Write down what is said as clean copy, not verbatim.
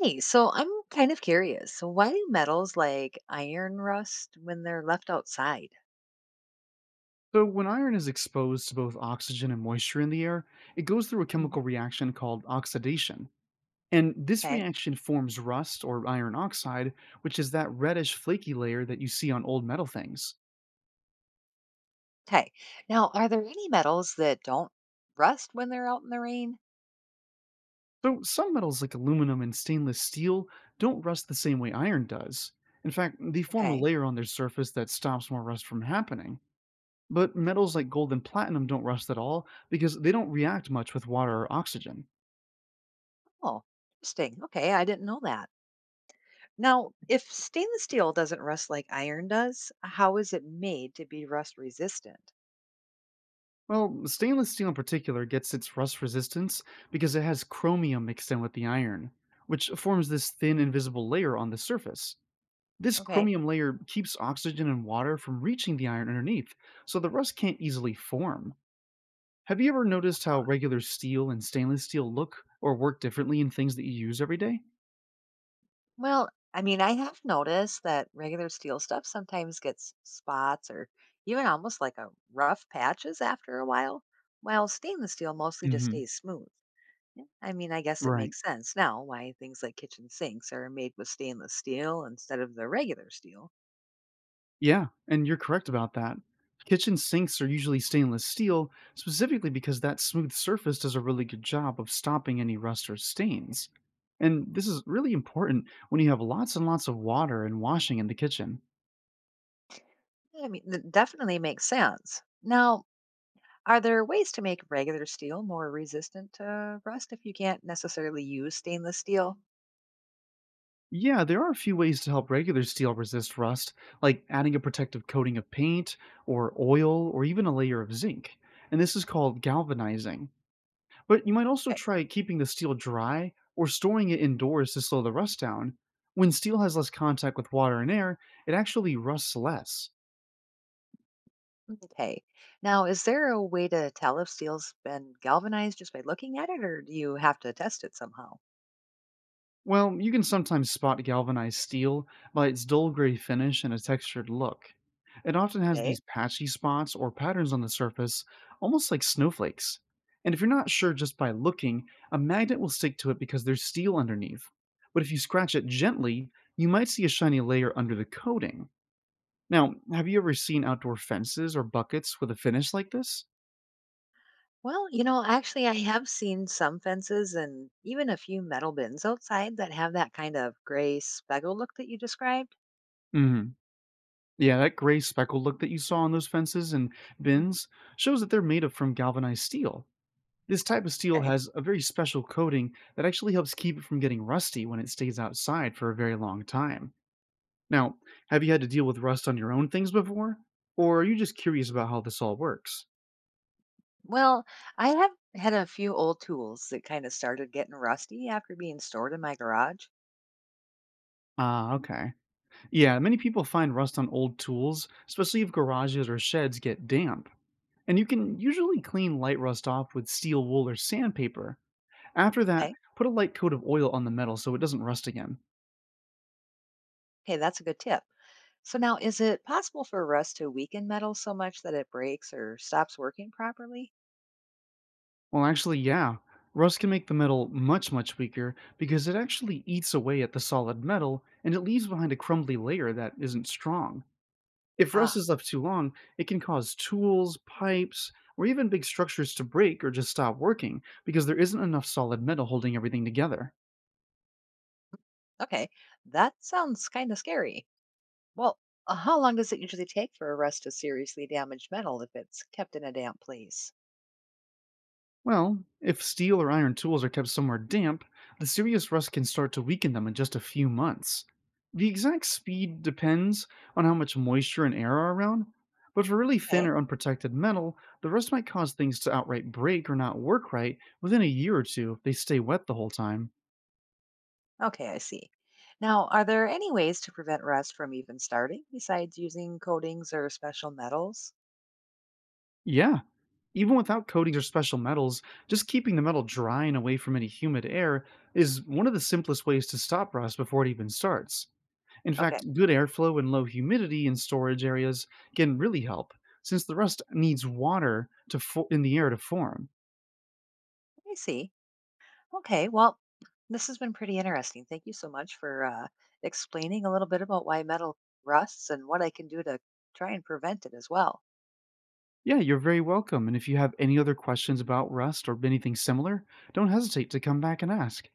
Hey, so I'm kind of curious. So why do metals like iron rust when they're left outside? So, when iron is exposed to both oxygen and moisture in the air, it goes through a Mhm. chemical reaction called oxidation. And this Okay. reaction forms rust or iron oxide, which is that reddish flaky layer that you see on old metal things. Okay. Now, are there any metals that don't rust when they're out in the rain? So, some metals like aluminum and stainless steel don't rust the same way iron does. In fact, they form a Okay. layer on their surface that stops more rust from happening. But metals like gold and platinum don't rust at all because they don't react much with water or oxygen. Oh, interesting. Okay. I didn't know that. Now, if stainless steel doesn't rust like iron does, how is it made to be rust resistant? Well, stainless steel in particular gets its rust resistance because it has chromium mixed in with the iron, which forms this thin, invisible layer on the surface. This Okay. chromium layer keeps oxygen and water from reaching the iron underneath, so the rust can't easily form. Have you ever noticed how regular steel and stainless steel look or work differently in things that you use every day? Well, I mean, I have noticed that regular steel stuff sometimes gets spots or even almost like a rough patches after a while stainless steel mostly just Hmm. stays smooth. Yeah. I mean, I guess it Right. makes sense now why things like kitchen sinks are made with stainless steel instead of the regular steel. Yeah, and you're correct about that. Kitchen sinks are usually stainless steel, specifically because that smooth surface does a really good job of stopping any rust or stains. And this is really important when you have lots and lots of water and washing in the kitchen. I mean, it definitely makes sense. Now, are there ways to make regular steel more resistant to rust if you can't necessarily use stainless steel? Yeah, there are a few ways to help regular steel resist rust, like adding a protective coating of paint, or oil, or even a layer of zinc. And this is called galvanizing. But you might also try keeping the steel dry or storing it indoors to slow the rust down. When steel has less contact with water and air, it actually rusts less. Okay. Now, is there a way to tell if steel's been galvanized just by looking at it, or do you have to test it somehow? Well, you can sometimes spot galvanized steel by its dull gray finish and a textured look. It often has Okay. these patchy spots or patterns on the surface, almost like snowflakes. And if you're not sure just by looking, a magnet will stick to it because there's steel underneath. But if you scratch it gently, you might see a shiny layer under the coating. Now, have you ever seen outdoor fences or buckets with a finish like this? Well, actually, I have seen some fences and even a few metal bins outside that have that kind of gray speckled look that you described. Hmm. Yeah, that gray speckled look that you saw on those fences and Mm. bins shows that they're made of from galvanized steel. This type of steel Okay. has a very special coating that actually helps keep it from getting rusty when it stays outside for a very long time. Now, have you had to deal with rust on your own things before? Or are you just curious about how this all works? Well, I have had a few old tools that kind of started getting rusty after being stored in my garage. Ah, okay. Yeah, many people find rust on old tools, especially if garages or sheds get damp. And you can usually clean light rust off with steel wool or sandpaper. After that, Okay. put a light coat of oil on the metal so it doesn't rust again. Okay, that's a good tip. So now, is it possible for rust to weaken metal so much that it breaks or stops working properly? Well, actually, yeah, rust can make the metal much, much weaker because it actually eats away at the solid metal and it leaves behind a crumbly layer that isn't strong. If rust Ah. is left too long, it can cause tools, pipes, or even big structures to break or just stop working because there isn't enough solid metal holding everything together. Okay, that sounds kind of scary. Well, how long does it usually take for a rust to seriously damage metal if it's kept in a damp place? Well, if steel or iron tools are kept somewhere damp, the serious rust can start to weaken them in just a few months. The exact speed depends on how much moisture and air are around, but for really thin Okay, or unprotected metal, the rust might cause things to outright break or not work right within a year or two if they stay wet the whole time. okay, I see. Now, are there any ways to prevent rust from even starting besides using coatings or special metals? Yeah, even without coatings or special metals, just keeping the metal dry and away from any humid air is one of the simplest ways to stop rust before it even starts. In Okay, fact, good airflow and low humidity in storage areas can really help, since the rust needs water to in the air to form. I see. Okay, well, this has been pretty interesting. Thank you so much for explaining a little bit about why metal rusts and what I can do to try and prevent it as well. Yeah, you're very welcome. And if you have any other questions about rust or anything similar, don't hesitate to come back and ask.